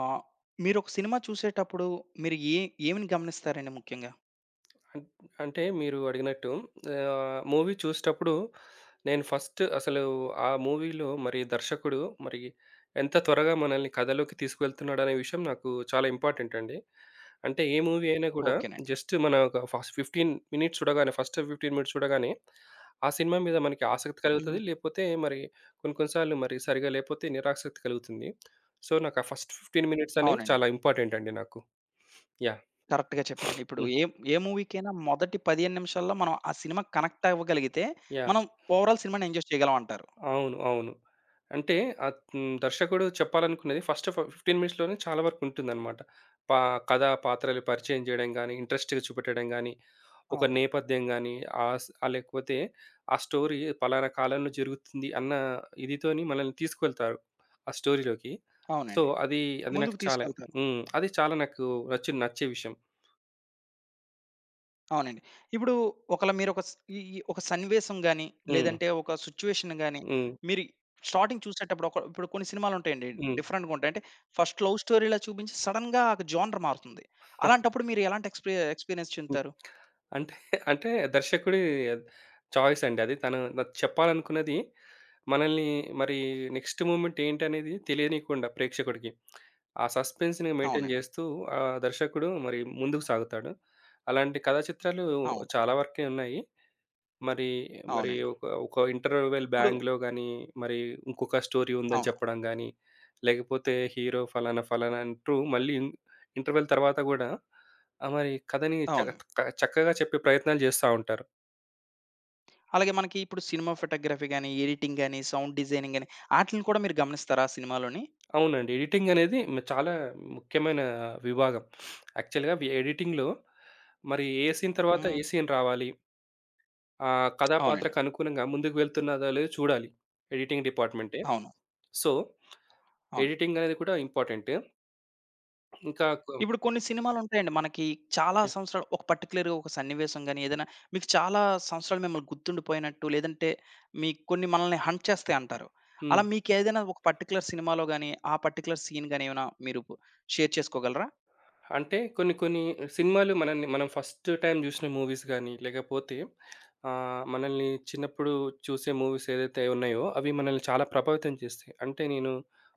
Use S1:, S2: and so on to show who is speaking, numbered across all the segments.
S1: ఆ! మీరొక సినిమా చూసేటప్పుడు మీరు ఏమిని గమనిస్తారండి ముఖ్యంగా?
S2: అన్ అంటే మీరు అడిగినట్టు, మూవీ చూసేటప్పుడు నేను ఫస్ట్ అసలు ఆ మూవీలో మరి దర్శకుడు మరి ఎంత త్వరగా మనల్ని కథలోకి తీసుకువెళ్తున్నాడనే విషయం నాకు చాలా ఇంపార్టెంట్ అండి. అంటే ఏ మూవీ అయినా కూడా
S1: ఓకేనండి.
S2: జస్ట్ మన ఒక ఫస్ట్ 15 మినిట్స్ చూడగానే ఆ సినిమా మీద మనకి ఆసక్తి
S1: హ్మ్.
S2: కలుగుతది. లేపోతే మరి కొన్ని కొన్ని సార్లు మరి సరిగ్గా లేపోతే నిరాసక్తి కలుగుతుంది. సో, నాకు ఆ ఫస్ట్ 15 మినిట్స్ అనేవి
S1: అవునండి.
S2: చాలా ఇంపార్టెంట్ అండి నాకు. యాహ్!
S1: కరెక్ట్‌గా చెప్పారండి. ఇప్పుడు
S2: హ్మ్.
S1: ఏ ఏ మూవీకైనా మొదటి 15 నిమిషాల్లో మనం ఆ సినిమా కనెక్ట్ అవ్వగలిగితే,
S2: యాహ్!
S1: మనం ఓవరాల్ సినిమాని ఎంజాయ్ చేయగలం అంటారు.
S2: అవును, అవును. అంటే ఆహ్, హ్మ్. దర్శకుడు చెప్పాలనుకున్నది ఫస్ట్ 15 మినిట్స్‌లోనే చాలా వరకు ఉంటుందన్నమాట. పా కథ, పాత్రలు పరిచయం జేయడం గాని, ఇంట్రెస్ట్‌గా చూపెట్టడం గాని, ఒక
S1: అవును.
S2: నేపథ్యం గాని, లేకపోతే ఆ స్టోరీ పలానా కాలంలో జరుగుతుంది అన్న ఇదితోని మనల్ని తీసుకువెళ్తారు ఆ స్టోరీలోకి. సో,
S1: అవునండి.
S2: అది అది నాకు
S1: ముందుకు
S2: చాలా
S1: తీసుకెళ్తారు.
S2: హ్మ్, అది చాలా నాకు నచ్చే విషయం.
S1: అవునండి. ఇప్పుడు ఒకళ మీరొక స్ ఈ ఈ ఒక సన్నివేశం గాని,
S2: హ్మ్.
S1: లేదంటే ఒక సిట్యుయేషన్ గాని,
S2: హ్మ్.
S1: మీరు స్టార్టింగ్ చూసేటప్పుడు ఒక ఇప్పుడు కొన్ని సినిమాలుంటాయండి.
S2: హ్మ్.
S1: డిఫరెంట్‌గా ఉంటాయి. అంటే ఫస్ట్ లవ్ స్టోరీలా చూపించి సడెన్‌గా ఒక జోనర్ మారుతుంది. అలాంటప్పుడు మీరు ఎలాంటి ఎక్స్‌పీరియన్స్ చెందుతారు?
S2: అంటే అంటే దర్శకుడి చాయిస్ అండి అది. తను నాకు చెప్పాలనుకున్నది మనల్ని మరి నెక్స్ట్ మూమెంట్ ఏంటనేది తెలియనీయకుండా ప్రేక్షకుడికి, ఆ సస్పెన్స్‌ని మెయింటైన్
S1: అవునండి.
S2: చేస్తూ ఆ దర్శకుడు మరి ముందుకు సాగుతాడు. అలాంటి కథా చిత్రాలు
S1: అవును.
S2: చాలా వరకే ఉన్నాయి. మరి, మరి
S1: అవునండి.
S2: ఒక ఇంటర్వెల్
S1: ఇప్పుడు
S2: బ్యాంగ్‌లో గాని, మరి ఇంకొక స్టోరీ ఉందని
S1: అవును.
S2: చెప్పడం గాని, లేకపోతే హీరో ఫలానా, ఫలానా అంటూ మళ్ళీ ఇంటర్వెల్ తర్వాత గూడా, మరి కథని చక
S1: అవును.
S2: క చక్కగా చెప్పే ప్రయత్నాలు చేస్తా ఉంటారు.
S1: అలాగే మనకి ఇప్పుడు సినిమా ఫోటోగ్రఫీ గాని, ఎడిటింగ్ గాని, సౌండ్ డిజైనింగ్ గాని ఆటిలిని కూడా మీరు గమనిస్తారా సినిమాలోని?
S2: అవునండి, ఎడిటింగ్ అనేది చాలా ముఖ్యమైన విభాగం. యాక్చువల్‌గా ఎడిటింగ్‌లో మరి ఏ సీన్ తర్వాత
S1: హ్మ్.
S2: ఏ సీన్ రావాలి, ఆ కథా
S1: అవునండి.
S2: పాత్రకు అనుగుణంగా ముందుకు వెళ్తున్నదో లేదో చూడాలి. ఎడిటింగ్ డిపార్ట్‌మెంటే.
S1: అవును.
S2: సో,
S1: అవును.
S2: ఎడిటింగ్ అనేది కూడా ఇంపార్టెంట్. ఇంకా కొ
S1: ఇప్పుడు కొన్ని సినిమాలుంటాయండి. మనకి చాలా
S2: యాహ్!
S1: సంవత్సరాలు ఒక పర్టిక్యులర్‌గా ఒక సన్నివేశం గాని, ఏదైనా మీకు చాలా సంవత్సరాలు మిమ్మల్ని గుర్తుండిపోయినట్టు, లేదంటే మీ కొన్ని మనల్ని హంట్ చేస్తాయి అంటారు.
S2: హ్మ్.
S1: అలా మీకేదైనా ఒక పర్టిక్యులర్ సినిమాలో గాని, ఆ పర్టిక్యులర్ సీన్ గాని ఏమైనా మీరు షేర్ చేసుకోగలరా?
S2: అంటే కొన్ని కొన్ని సినిమాలు మనల్ని, మనం ఫస్ట్ టైమ్ జూసిన మూవీస్ గాని, లేకపోతే మనల్ని చిన్నప్పుడు చూసే మూవీస్ ఏదైతే ఉన్నాయో, అవి మనల్ని చాలా ప్రభావితం చేస్తాయి. అంటే నేను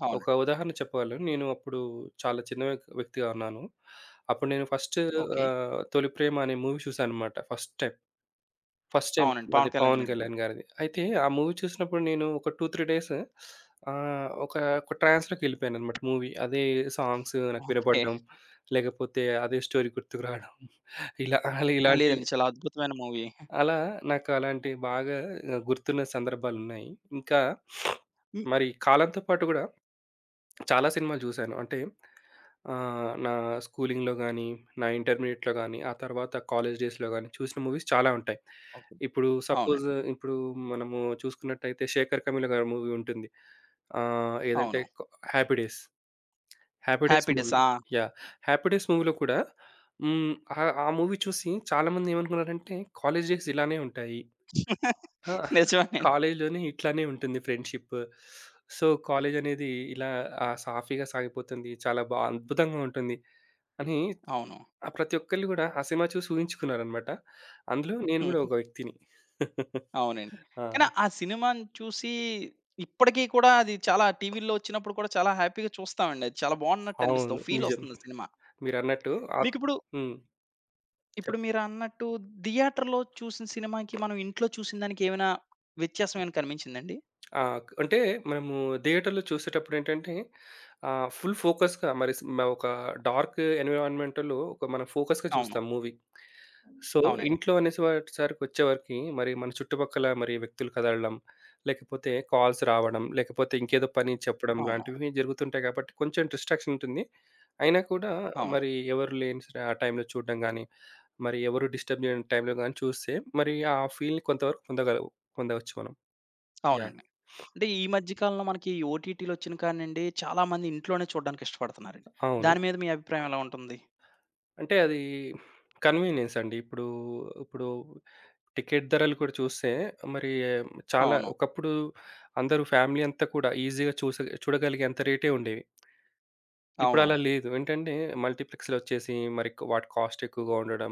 S1: అవును.
S2: ఒక ఉదాహరణ చెప్పగలను. నేను అప్పుడు చాలా చిన్న వ్యక్తిగా ఉన్నాను. అప్పుడు నేను ఫస్ట్
S1: ఓకే.
S2: 'తొలి ప్రేమ' అనే మూవీ చూశాననమాట ఫస్ట్ టైమ్. ఫస్ట్ టైమ్
S1: అవునండి.
S2: అది
S1: 'పవన్ కళ్యాణ్'
S2: 'పవన్
S1: గారిది.
S2: కళ్యాణ్' గారిది. అయితే ఆ మూవీ చూసినప్పుడు నేను ఒక 2, 3 డేస్ ఒక ఒక ట్రాన్స్‌లోకెళ్ళిపోయాననమాట మూవీ. అదే సాంగ్స్ నాకు
S1: ఓకే.
S2: వినపడడం, లేకపోతే అదే స్టోరీ గుర్తుకు రావడం, ఇలా అలా
S1: ఆ!
S2: ఇలాంటివి,
S1: లేదండి. చాలా అద్భుతమైన మూవీ.
S2: అలా నాకు అలాంటివి బాగా గుర్తున్న సందర్భాలున్నాయి. ఇంకా
S1: హ్మ్.
S2: మరి కాలంతో పాటు గూడా చాలా సినిమాలు చూశాను. అంటే నా స్కూలింగ్‌లో గాని, నా ఇంటర్మీడియేట్‌లో గాని, ఆ తర్వాత కాలేజ్ డేస్‌లో గాని చూసిన మూవీస్ చాలా ఉంటాయి.
S1: ఓకే.
S2: ఇప్పుడు సపోజ్,
S1: అవునండి.
S2: ఇప్పుడు మనము చూసుకున్నట్టయితే 'శేఖర్ కమ్యూల' గారి మూవీ ఉంటుంది. ఆహ్, ఏదంటే
S1: అవును.
S2: కొ 'happy days'. 'Happy days'
S1: 'happy
S2: movie,
S1: days'.
S2: Yeah! 'Happy days' మూవీలో కూడా హ్మ్, ఆ ఆ మూవీ చూసి చాలామంది ఏమనుకున్నారంటే కాలేజ్ డేస్ ఇలానే ఉంటాయి.
S1: ఆ!
S2: ఆ!
S1: నిజమేనండి.
S2: కాలేజ్‌లోనే ఇట్లానే ఉంటుంది ఫ్రెండ్‌షిప్. సో, కాలేజ్ అనేది ఇలా సాఫీగా సాగిపోతుంది, చాలా అద్భుతంగా ఉంటుంది అని
S1: అవును.
S2: ప్రతి ఒక్కళ్ళు గూడా ఆ సినిమా చూసి ఊహించుకున్నారనమాట. అందులో నేను గూడా
S1: హ్మ్.
S2: ఒక వ్యక్తిని.
S1: అవునండి.
S2: ఆ!
S1: కానీ ఆ సినిమాని చూసి ఇప్పటికి కూడా అది చాలా టీవీల్లో వచ్చినప్పుడు కూడా చాలా హ్యాపీగా చూస్తామండి. అది చాలా బాగున్నట్టు అనిపిస్తది.
S2: అవును,
S1: ఒక ఫీల్
S2: నిజం.
S1: వస్తుంది ఆ సినిమా.
S2: మీరన్నట్టు ఆహ్
S1: మీకిప్పుడు
S2: హ్మ్.
S1: ఇప్పుడు
S2: చెప్
S1: మీరన్నట్టు థియేటర్‌లో చూసిన సినిమాకి మనం ఇంట్లో చూసిన దానికి ఏమైనా వ్యత్యాసం ఏమైనా కనిపించిందండి?
S2: ఆ! అంటే మనము థియేటర్‌లో చూసేటప్పుడేంటంటే, ఫుల్ ఫోకస్‌గా మరి ఒక డార్క్ ఎన్విరాన్మెంట్‌లో ఒక మనం ఫోకస్‌గా
S1: అవును.
S2: చూస్తాం మూవీ. సో,
S1: అవునండి.
S2: ఇంట్లో అనేసి వాటి సరికొచ్చేవరకి మరి మన చుట్టుపక్కల మరి వ్యక్తులు కదలడం, లేకపోతే కాల్స్ రావడం, లేకపోతే ఇంకేదో పని చెప్పడం
S1: అవును.
S2: లాంటివి జరుగుతుంటాయి కాబట్టి కొంచెం డిస్ట్రాక్షన్ ఉంటుంది. అయినా కూడా
S1: అవును.
S2: మరి ఎవరు లేని ఆ టైంలో చూడడం గానీ, మరి ఎవరు డిస్టర్బ్ చేయని టైంలో గానీ చూస్తే మరి ఆ ఫీల్‌ని కొంతవరకు పొందవచ్చు మనం. యాహ్!
S1: అవునండి. అంటే ఈ మధ్య కాలంలో మనకి ఓటీటీలు వచ్చిన కాడనుండి చాలామంది ఇంట్లోనే చూడడానికి ఇష్టపడుతున్నారండి.
S2: అవును.
S1: దాని మీద మీ అభిప్రాయం ఎలా ఉంటుంది?
S2: అంటే అది కన్వీనియన్స్ అండి. ఇప్పుడు టికెట్ ధరలు కూడా చూస్తే మరి చాలా
S1: అవును.
S2: ఒకప్పుడు అందరూ ఫ్యామిలీ అంతా కూడా ఈజీగా చూడగలిగేంత రేటే ఉండేవి. ఇప్పుడు
S1: అవును.
S2: అలా అవును, లేదు. ఏంటంటే మల్టీప్లెక్స్‌లు వచ్చేసి మరి వాటి కాస్ట్ ఎక్కువగా ఉండడం,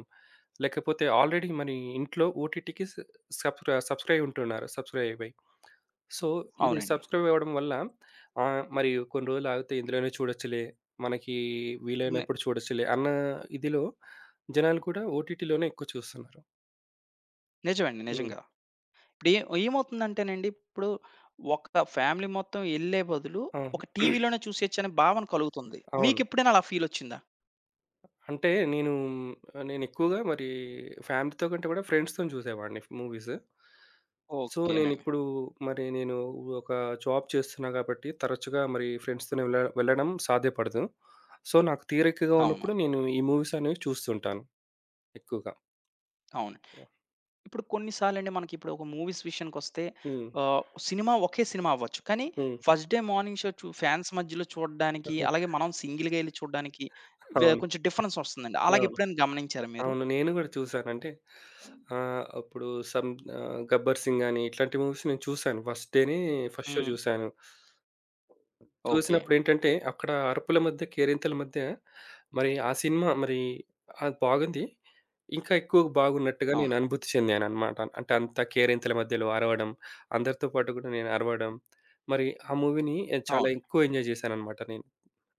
S2: లేకపోతే ఆల్రెడీ మరి ఇంట్లో ఓటీటీకి స సబ్ సబ్‌స్క్రైబ్ ఉంటున్నారు, సబ్‌స్క్రైబ్ అయ్యి. సో, ఇది
S1: అవునండి.
S2: సబ్‌స్క్రైబ్ అవ్వడం వల్ల మరి కొన్ని రోజులు ఆగితే ఇందులోనే చూడొచ్చులే, మనకి
S1: ని
S2: వీలైనప్పుడు చూడొచ్చులే అన్న ఇదిలో జనాలు కూడా ఓటీటీలోనే ఎక్కువ చూస్తున్నారు.
S1: నిజమండి.
S2: హ్మ్.
S1: నిజంగా. ఇప్పుడు ఏమవుతుందంటేనండి, ఇప్పుడు ఒక ఫ్యామిలీ మొత్తం ఎళ్ళే బదులు,
S2: అవును,
S1: ఒక టీవీలోనే చూసేయొచ్చు అనే భావన కలుగుతుంది.
S2: అవును.
S1: మీకెప్పుడైనా అలా ఫీలొచ్చిందా?
S2: అంటే నేనెక్కువగా మరి ఫ్యామిలీతో కంటే కూడా ఫ్రెండ్స్‌తోని చూసేవాడిని మూవీస్. సో,
S1: ఓకేనండి.
S2: నేనిప్పుడు మరి నేను ఒక జాబ్ చేస్తున్నా కాబట్టి తరచుగా మరి ఫ్రెండ్స్‌తోనే వెళ్ళడం సాధ్యపడదు. సో, నాకు తీరికగా
S1: అవును.
S2: ఉన్నప్పుడు నేను ఈ మూవీస్ అనేవి చూస్తుంటాను ఎక్కువగా.
S1: అవును. ఇప్పుడు కొన్ని సార్లండి మనకిప్పుడు ఒక మూవీస్ విషయానికొస్తే
S2: హ్మ్.
S1: ఆహ్, సినిమా ఒకే సినిమా అవ్వచ్చు. కానీ
S2: హ్మ్.
S1: First day morning show fans మధ్యలో చూడడానికి, అలాగే మనం సింగిల్‌గా ఎళ్లి చూడడానికి
S2: అవును,
S1: కొంచెం డిఫరెన్స్ వస్తుందండి.
S2: అవును.
S1: అలాగెప్పుడైనా గమనించారా మీరు?
S2: అవును, నేను గూడా చూసాను. అంటే అప్పుడు సం 'గబ్బర్ సింగ్' అని ఇట్లాంటి మూవీస్ నేను చూసాను, ఫస్ట్ డేనే ఫస్ట్ షో
S1: హ్మ్.
S2: చూసాను.
S1: ఓకే.
S2: చూసినప్పుడేంటంటే అక్కడ అరుపుల మధ్య, కేరింతల మధ్య మరి ఆ సినిమా మరి అది బాగుంది. ఇంకా ఎక్కువ బాగున్నట్టుగా నేను
S1: అవునండి.
S2: అనుభూతి చెందాననమాట. అంటే అంత కేరింతల మధ్యలో అరవడం, అందరితో పాటు గూడా నేను అరవడం, మరి ఆ మూవీని చాలా
S1: అవును.
S2: ఎక్కువ ఎంజాయ్ చేశాననమాట నేను.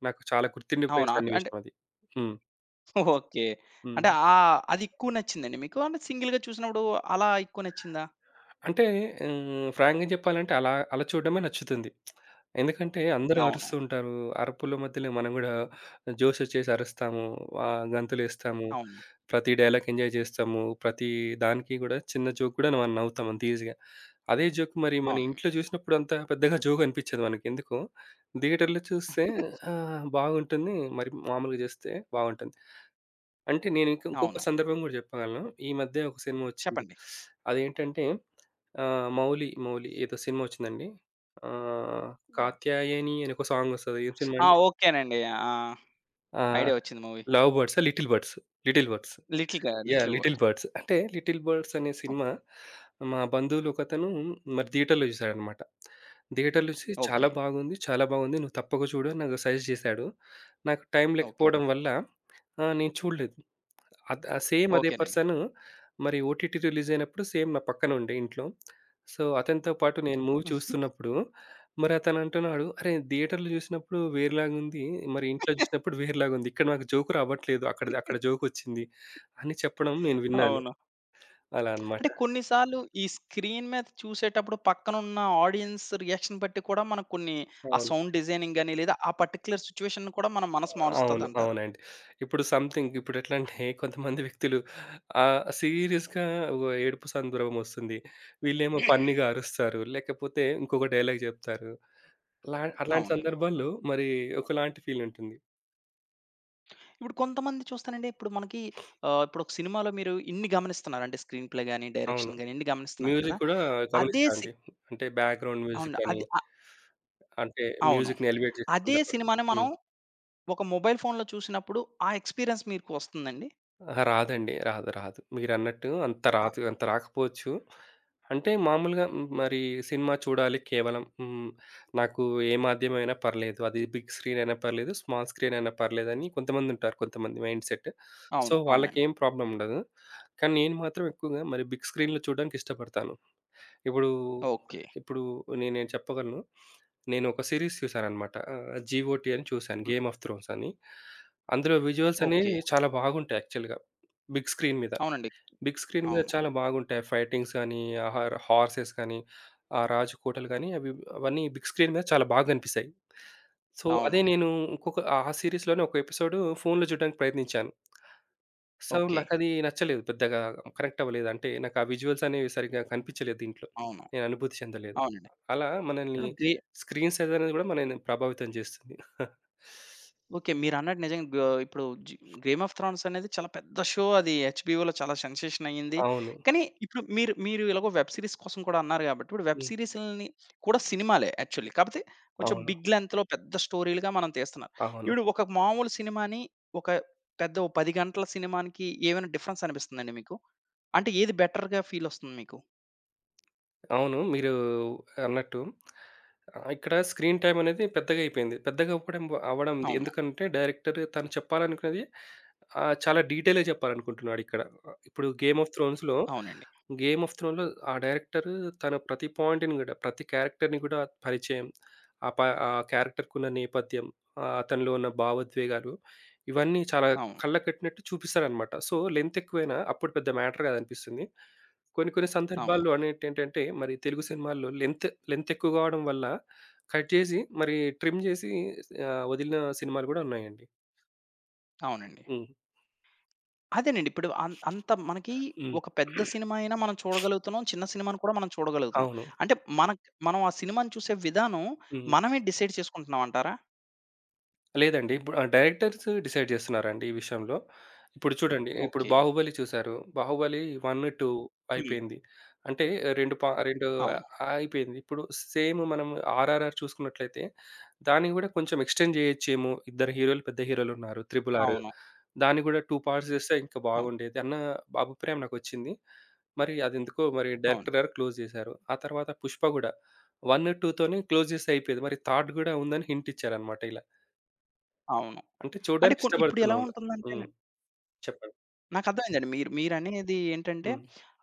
S2: నాకు చాలా గుర్తుండిపోయే
S1: అవును.
S2: సన్నివేశం అది. హ్మ్.
S1: ఓకే.
S2: హ్మ్.
S1: అంటే ఆ! అది ఎక్కువ నచ్చిందండి మీకు? అంటే సింగిల్‌గా చూసినప్పుడు అలా ఎక్కువ నచ్చిందా?
S2: అంటే ఫ్రాంక్‌గా చెప్పాలంటే అలా అలా చూడడమే నచ్చుతుంది. ఎందుకంటే అందరూ
S1: అవును.
S2: అరుస్తూ ఉంటారు, అరుపుల మధ్యలో మనం గూడా జోషొచ్చేసి అరుస్తాము, గంతులేస్తాము,
S1: అవును.
S2: ప్రతి డైలాగ్ ఎంజాయ్ జేస్తాము. ప్రతి దానికి గూడా చిన్న జోక్ గూడా మనం నవ్వుతాం అంత ఈజీగా. అదే జోక్ మరి మన
S1: అవును.
S2: ఇంట్లో జూసినప్పుడు అంత పెద్దగా జోక్ అనిపిచ్చదు మనకి. ఎందుకో థియేటర్‌లో చూస్తే బాగుంటుంది, మరి మామూలుగా జూస్తే బాగుంటుంది. అంటే నేను ఇంకొక
S1: అవును.
S2: సందర్భం గూడా చెప్పగలను. ఈ మధ్య ఒక సినిమా వచ్చింది.
S1: చెప్పండి.
S2: అదేంటంటే 'మౌలి, మౌలి' ఏదో సినిమా వచ్చిందండి, ఆహ్, 'కాత్యాయని' అని ఒక సాంగ్ వస్తది. ఏం సినిమా
S1: ఆ!
S2: అండి?
S1: ఓకేనండి. ఆ!
S2: ఆహ్,
S1: ఐడియా వచ్చింది మూవీ.
S2: 'లవ్ బర్డ్సా? Little birds'. 'Little birds.' Yeah!
S1: 'Little wood.'
S2: 'Little birds.' అంటే 'లిటిల్ బర్డ్స్' అనే
S1: ఓహ్!
S2: సినిమా మా బంధువులు ఒకతను మరి థియేటర్‌లో చూసాడనమాట. థియేటర్‌లో చూసి చాలా
S1: ఓకే.
S2: బాగుంది, చాలా బాగుంది, నువ్వు తప్పక చూడు అని నాకు సజెస్ట్ చేసాడు. నాకు టైం
S1: ఓకే.
S2: లేకపోవడం వల్ల నేను చూడలేదు. అద్ ఆ సేమ్ అదే
S1: ఓకేనండి.
S2: పర్సను మరి ఓటీటీ రిలీజ్ అయినప్పుడు సేమ్ నా పక్కన ఉండే ఇంట్లో. సో, అతనితో పాటు నేను మూవీ చూస్తున్నప్పుడు మరి అతను అంటున్నాడు, "అరే! థియేటర్‌లో చూసినప్పుడు వేరేలాగుంది, మరి ఇంట్లో చూసినప్పుడు వేరేలాగుంది. ఇక్కడ నాకు జోక్ రావట్లేదు, అక్కడిది అక్కడ జోకొచ్చింది" అని చెప్పడం నేను విన్నాను.
S1: అవును.
S2: అలా అన్నమాట.
S1: అంటే కొన్ని సార్లు ఈ స్క్రీన్ మీద చూసేటప్పుడు పక్కనున్న ఆడియన్స్ రియాక్షన్ బట్టి కూడా మనకు కొన్ని ఆ
S2: అవును,
S1: సౌండ్ డిజైనింగ్ గాని లేదా ఆ పర్టిక్యులర్ సిట్యుయేషన్ కూడా మన మనసు
S2: అవును,
S1: మారుస్తదంటారు.
S2: అవునండి. ఇప్పుడు సంథింగ్ ఇప్పుడెట్లా అంటే కొంతమంది వ్యక్తులు సీరియస్‌గా ఓ ఏడుపు సందర్భం వస్తుంది, వీళ్ళేమో ఫన్నీగా అరుస్తారు, లేకపోతే ఇంకొక డైలాగ్ చెప్తారు. అలా అలాంటి
S1: అవును.
S2: సందర్భాల్లో మరి ఒకలాంటి ఫీల్ ఉంటుంది.
S1: ఇప్పుడు కొంతమంది చూస్తానండి, ఇప్పుడు మనకి ఆహ్, ఇప్పుడు ఒక సినిమాలో మీరు ఇన్ని గమనిస్తున్నారు. అంటే స్క్రీన్ ప్లే గాని,
S2: అవును,
S1: డైరెక్షన్ గాని ఇన్ని గమనిస్తున్నారు
S2: మ్యూజిక్
S1: కదా!
S2: కూడా
S1: అదే
S2: గమనిస్తా
S1: సి
S2: అండి. అంటే బ్యాక్‌గ్రౌండ్
S1: అవును.
S2: మ్యూజిక్ అని,
S1: అది ఆహ్,
S2: అంటే
S1: అవును.
S2: మ్యూజిక్‌ని ఎలివేట్ చేసే
S1: అదే
S2: సందర్భం.
S1: సినిమాని మనం
S2: హ్మ్.
S1: ఒక మొబైల్ ఫోన్‌లో చూసినప్పుడు ఆ ఎక్స్‌పీరియన్స్ మీకు వస్తుందండి?
S2: అహా! రాదండి, రాదు, రాదు. మీరన్నట్టు అంత
S1: అ!
S2: రాదు, అంత రాకపోవచ్చు. అంటే మామూలుగా హ్మ్, మరి సినిమా చూడాలి కేవలం హ్మ్, నాకు ఏ మాధ్యమైనా పర్లేదు. అది బిగ్ స్క్రీన్ అయినా పర్లేదు, స్మాల్ స్క్రీన్ అయినా పర్లేదని కొంతమందుంటారు, కొంతమంది మైండ్ సెట్. సో,
S1: అవును. అవునండి.
S2: వాళ్ళకేం ప్రాబ్లమ్ ఉండదు. కానీ నేను మాత్రం ఎక్కువగా మరి బిగ్ స్క్రీన్‌లో చూడడానికి ఇష్టపడతాను. ఇప్పుడు,
S1: ఓకే.
S2: ఇప్పుడు నేనేం చెప్పగలను, నేనొక సీరీస్ చూసాననమాట. 'జీఓటీ' అని చూసాను,
S1: హ్మ్.
S2: 'గేమ్ ఆఫ్ థ్రోన్స్' అని. అందులో విజువల్స్ అనేవి
S1: ఓకే.
S2: చాలా బాగుంటాయి యాక్చువల్‌గా, బిగ్ స్క్రీన్ మీద.
S1: అవునండి.
S2: బిగ్ స్క్రీన్ మీద
S1: అవును.
S2: చాలా బాగుంటాయి. ఫైటింగ్స్ గానీ, ఆ హర్ హార్సెస్ కానీ, ఆ రాజకోటలు గానీ, అవి అవన్నీ బిగ్ స్క్రీన్ మీద చాలా బాగా కనిపిస్తాయి. సో,
S1: అవును.
S2: అదే నేను ఇంకొక ఆ సీరీస్‌లోనే ఒక ఎపిసోడ్ ఫోన్‌లో చూడడానికి ప్రయత్నించాను. So,
S1: okay.
S2: నాకది నచ్చలేదు పెద్దగా, కనెక్ట్ అవ్వలేదు. అంటే నాకు ఆ విజువల్స్ అనేవి సరిగ్గా కనిపించలేదు దీంట్లో,
S1: అవును.
S2: నేను అనుభూతి చెందలేదు.
S1: అవునండి.
S2: అలా మనల్ని
S1: గ్రే
S2: స్క్రీన్ సైజ్ అనేది గూడా మనల్ని ప్రభావితం చేస్తుంది.
S1: ఓకే. మీరన్నట్టు నిజంగా గ ఇప్పుడు జి 'గేమ్ ఆఫ్ థ్రాన్స్' అనేది చాలా పెద్ద షో. అది హెచ్‌బీఓలో చాలా సెన్సేషన్ అయింది.
S2: అవును.
S1: కానీ ఇప్పుడు మీరు మీరు ఎలాగో వెబ్ సీరీస్ కోసం కూడా అన్నారు గాబట్టి, ఇప్పుడు వెబ్
S2: హ్మ్.
S1: సీరీస్‌లని కూడా సినిమాలే యాక్చువల్లీ. కాపోతే కొంచెం
S2: అవును,
S1: బిగ్ లెంగ్త్‌లో పెద్ద స్టోరీలుగా మనం తీస్తున్నారు.
S2: అవును,
S1: ఇప్పుడు ఒక మామూలు సినిమాని, ఒక పెద్ద ఓ 10 గంటల సినిమానికి ఏమైనా డిఫరెన్స్ అనిపిస్తుందండి మీకు? అంటే ఏది బెటర్‌గా ఫీల్ ఒస్తుంది మీకు?
S2: అవును. మీరు అన్నట్టు ఇక్కడ స్క్రీన్ టైమ్ అనేది పెద్దగా అయిపోయింది. పెద్దగా అవ్వడం అవ్వడం
S1: అవును.
S2: ఎందుకంటే డైరెక్టర్ తను చెప్పాలనుకున్నది చాలా డీటెయిల్‌గా చెప్పాలనుకుంటున్నాడిక్కడ. ఇప్పుడు 'గేమ్ ఆఫ్ థ్రోన్స్‌లో'
S1: అవునండి.
S2: 'గేమ్ ఆఫ్ థ్రోన్‌లో' ఆ డైరెక్టర్ తన ప్రతి పాయింట్‌ని గూడా, ప్రతి క్యారెక్టర్‌ని గూడా పరిచయం, ఆ ప ఆ క్యారెక్టర్‌కున్న నేపథ్యం, అతనిలో ఉన్న భావోద్వేగాలు, ఇవన్నీ చాలా
S1: అవును.
S2: కళ్ళకట్టినట్టు చూపిస్తాడనమాట. సో, లెంత్ ఎక్కువైనా అప్పుడు పెద్ద మ్యాటర్ గాదనిపిస్తుంది. కొన్ని కొన్ని
S1: అవును.
S2: సందర్భాల్లో అనేటేంటంటే మరి తెలుగు సినిమాల్లో లెంత్ లెంత్ ఎక్కువ కావడం వల్ల కట్ చేసి మరి ట్రిమ్ చేసి వదిలిన సినిమాలు గూడా ఉన్నాయండి.
S1: అవునండి.
S2: హ్మ్.
S1: అదేనండి. ఇప్పుడు అంత మనకి
S2: హ్మ్.
S1: ఒక పెద్ద సినిమా అయినా మనం చూడగలుగుతున్నాం. చిన్న సినిమాను కూడా మనం చూడగలుగుతున్నాం.
S2: అవును.
S1: అంటే మనం ఆ సినిమాను చూసే విధానం
S2: హ్మ్.
S1: మనమే డిసైడ్ చేసుకుంటున్నాం అంటారా?
S2: లేదండి, ఇప్పుడు ఆ డైరెక్టర్స్ డిసైడ్ జేస్తున్నారండి ఈ విషయంలో. ఇప్పుడు చూడండి, ఓకే, ఇప్పుడు
S1: ఓకే.
S2: 'బాహుబలి' చూసారు, 'బాహుబలి 1, 2'
S1: హ్మ్.
S2: అయిపోయింది. అంటే 2 పా ఓకే, 2
S1: అవును.
S2: అయిపోయింది. ఇప్పుడు సేమ్ మనం 'ఆర్ఆర్ఆర్' చూసుకున్నట్లయితే, దాన్ని గూడా కొంచెం ఎక్స్‌టెండ్ జేయొచ్చేమో. ఇద్దరు హీరోలు, పెద్ద హీరోలున్నారు, 'త్రిబుల్ ఆర్.'
S1: అవును.
S2: దాన్ని గూడా 2 పార్ట్స్ జేస్తే ఇంకా
S1: అవును.
S2: బాగుండేది అన్న అభిప్రాయం నాకొచ్చింది. మరి అదెందుకో మరి
S1: అవును.
S2: డైరెక్టర్ గారు క్లోజ్ జేశారు. ఆ తర్వాత 'పుష్ప' గూడా 1, 2తోనే క్లోజ్ జేస్తే అయిపోయేది, మరి థర్డ్ గూడా ఉందని హింట్ ఇచ్చారన్నమాట ఇలా.
S1: అవును.
S2: అంటే
S1: అంటే
S2: చూడడానికి
S1: ఇప్పుడు ఎలా
S2: ఇష్టపడుతున్నాం.
S1: ఉంటుందంటే
S2: హ్మ్. చెప్పండి.
S1: నాకర్థమైందండి. మీరనేది ఏంటంటే
S2: హ్మ్.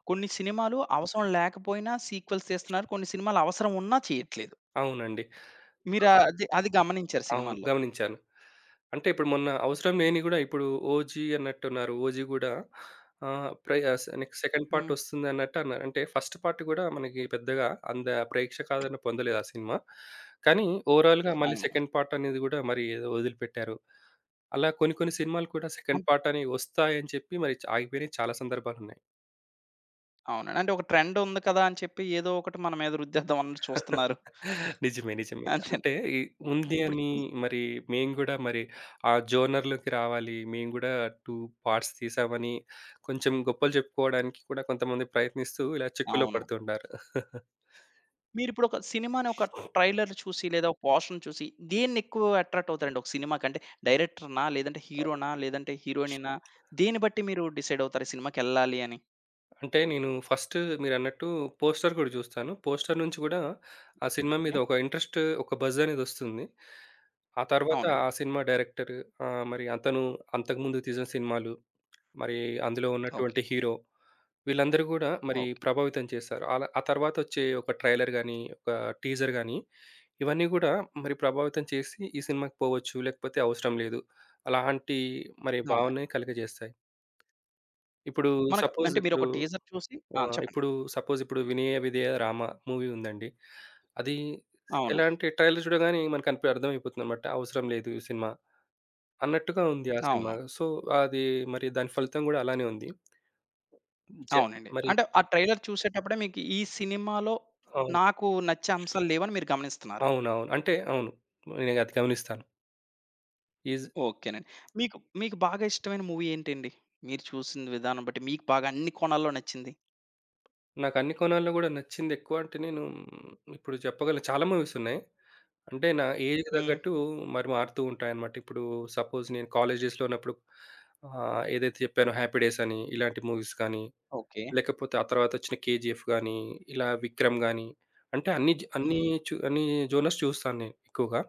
S1: కొన్ని సినిమాలు అవసరం లేకపోయినా సీక్వెల్స్ తీస్తున్నారు. కొన్ని సినిమాలు అవసరం ఉన్నా చేయట్లేదు.
S2: అవునండి.
S1: మీరు
S2: అవును,
S1: అది అది గమనించారు
S2: అవును,
S1: సినిమాల్లో.
S2: గమనించాను. అంటే ఇప్పుడు మొన్న అవసరం లేనియి గూడా ఇప్పుడు 'ఓజీ' అన్నట్టున్నారు. 'ఓజీ' గూడా ఆహ్, ప్రే ఆహ్, సె నెక్స్ట్ సెకండ్ పార్ట్
S1: హ్మ్.
S2: వస్తుందన్నట్టు అన్నారు. అంటే ఫస్ట్ పార్ట్ గూడా మనకి పెద్దగా అంత ప్రేక్షకాదరణ పొందలేదు ఆ సినిమా. కానీ ఓవరాల్‌గా మళ్ళీ
S1: అవును.
S2: సెకండ్ పార్ట్ అనేది గూడా మరి ఏదో వదిలిపెట్టారు. అలా కొన్ని కొన్ని సినిమాలు కూడా సెకండ్ పార్ట్ అని వస్తాయని చెప్పి మరి ఆగిపోయినయి చాలా సందర్భాలున్నాయి.
S1: అవునండి. అంటే ఒక ట్రెండ్ ఉంది కదా! అని చెప్పి ఏదో ఒకటి మన మీద రుద్దేద్దాం అన్నట్టు చూస్తున్నారు.
S2: నిజమే, నిజమే.
S1: అంతే.
S2: అంటే ఈ ఉంది
S1: ఇప్పుడు
S2: అని
S1: ఈ
S2: మరి మేము గూడా మరి ఆ జోనర్‌లోకి రావాలి, మేము గూడా 2 పార్ట్స్ తీసామని కొంచెం గొప్పలు చెప్పుకోవడానికి కూడా కొంతమంది ప్రయత్నిస్తూ ఇలా చిక్కుల్లో
S1: అవును.
S2: పడుతుంటారు.
S1: మీరిప్పుడు ఒక సినిమాని ఒక ట్రైలర్ చూసి లేదా ఒక పోస్టర్‌ని చూసి దేన్నెక్కువ అట్రాక్ట్ అవుతారండి ఒక సినిమాకంటే డైరెక్టర్‌నా? లేదంటే
S2: అవును.
S1: హీరోనా? లేదంటే హీరోయినేనా? దేన్ని బట్టి మీరు డిసైడ్ అవుతారు ఈ సినిమాకెళ్ళాలి అని?
S2: అంటే నేను ఫస్ట్ మీరన్నట్టు పోస్టర్ కూడా చూస్తాను. పోస్టర్ నుంచి గూడా ఆ సినిమా మీద
S1: ఓకే.
S2: ఒక ఇంట్రెస్ట్, ఒక బజ్ అనేదొస్తుంది. ఆ తర్వాత ఆ
S1: అవునండి.
S2: సినిమా డైరెక్టర్, మరి అతను అంతకుముందు తీసిన సినిమాలు, మరి అందులో
S1: ఓకే.
S2: ఉన్నటువంటి హీరో, వీళ్ళందరూ గూడా మరి
S1: ఓకే.
S2: ప్రభావితం చేశారు. అలా ఆ తర్వాతొచ్చే ఒక ట్రైలర్ గాని, ఒక టీజర్ గాని ఇవన్నీ గూడా మరి ప్రభావితం చేసి ఈ సినిమాకి పోవచ్చు, లేకపోతే అవసరం లేదు అలాంటి మరి
S1: అవును.
S2: భావనే కలుగజేస్తాయి. ఇప్పుడు
S1: మనకు
S2: సపోజ్
S1: అంటే
S2: ఇప్పుడు
S1: మీరొక టీజర్ చూసి ఆ!
S2: ఆ!
S1: చెప్పండి.
S2: ఇప్పుడు సపోజ్ ఇప్పుడు 'వినయ విధేయ రామ' మూవీ ఉందండి. అది
S1: అవును.
S2: ఎలా అంటే ట్రైలర్ చూడగానే అర్థమైపోతుందనమాట, అవసరం లేదు ఈ సినిమా అన్నట్టుగా ఉంది ఆ సినిమా.
S1: అవును.
S2: సో, అది మరి దాని ఫలితం గూడా అలానే ఉంది. జ
S1: అవునండి.
S2: మరి
S1: అంటే ఆ ట్రైలర్ చూసేటప్పుడే మీకు ఈ సినిమాలో
S2: అవును.
S1: నాకు నచ్చే అంశాలు లేవని మీరు గమనిస్తున్నారు.
S2: అవునవును. అంటే అవును, నేనది గమనిస్తాను. ఈజ్
S1: ఓకేనండి. మీకు బాగా ఇష్టమైన మూవీ ఏంటండి? మీరు చూసిన విధానం బట్టి మీకు బాగా అన్ని కోణాల్లో నచ్చింది?
S2: నాకన్ని కోణాల్లో గూడా నచ్చిందెక్కువ అంటే నేను మ్, ఇప్పుడు చెప్పగలను చాలా మూవీస్ ఉన్నాయి. అంటే నా ఏజ్‌కి
S1: హ్మ్.
S2: తగ్గట్టు మరి మారుతూ ఉంటాయన్నమాట. ఇప్పుడు సపోజ్ నేను కాలేజెస్‌లో ఉన్నప్పుడు ఏదైతే చెప్పానో 'హ్యాపీ డేస్' అని ఇలాంటి మూవీస్ కానీ,
S1: ఓకే.
S2: లేకపోతే ఆ తర్వాత వచ్చిన 'కేజీఎఫ్' గానీ, ఇలా 'విక్రమ్' గానీ, అంటే అన్ని జ అన్ని
S1: హ్మ్.
S2: చు అన్ని జోనర్స్ చూస్తాను నేను ఎక్కువగా.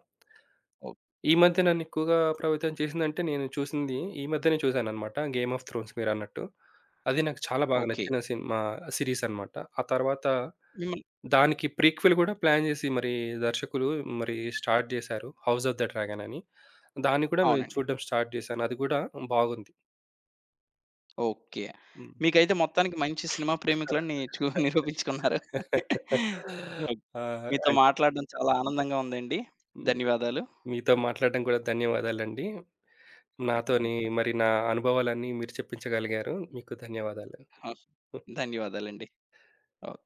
S1: ఓ
S2: ఈ మధ్య నన్ను ఎక్కువగా ప్రభావితం చేసిందంటే నేను చూసింది ఈ మధ్యనే చూసానన్నమాట 'గేమ్ ఆఫ్ థ్రోన్స్' మీరన్నట్టు. అది నాకు చాలా బాగా
S1: ఓకే.
S2: నచ్చిన సినిమా, సీరీస్ అన్నమాట. ఆ తర్వాత
S1: మిమ్మల్ని
S2: దానికి ప్రీక్వెల్ గూడా ప్లాన్ జేసి మరి దర్శకులు మరి స్టార్ట్ జేశారు 'హౌస్ ఆఫ్ ద డ్రాగన్' అని. దాన్ని కూడా నేను
S1: అవునండి.
S2: చూడడం స్టార్ట్ జేశాను. అది గూడా బాగుంది.
S1: ఓకే.
S2: హ్మ్.
S1: మీకైతే మొత్తానికి మంచి సినిమా ప్రేమికులని నిరూపించుకున్నారు. ఓకే.
S2: ఆ!
S1: మీతో
S2: అంటే
S1: మాట్లాడడం చాలా ఆనందంగా ఉందండి.
S2: హ్మ్.
S1: ధన్యవాదాలు.
S2: మీతో మాట్లాడడం గూడా ధన్యవాదాలండి. నాతోని మరి నా అనుభవాలన్నీ మీరు చెప్పించగలిగారు. మీకు ధన్యవాదాలు.
S1: ఆ, ధన్యవాదాలండి. ఓకే.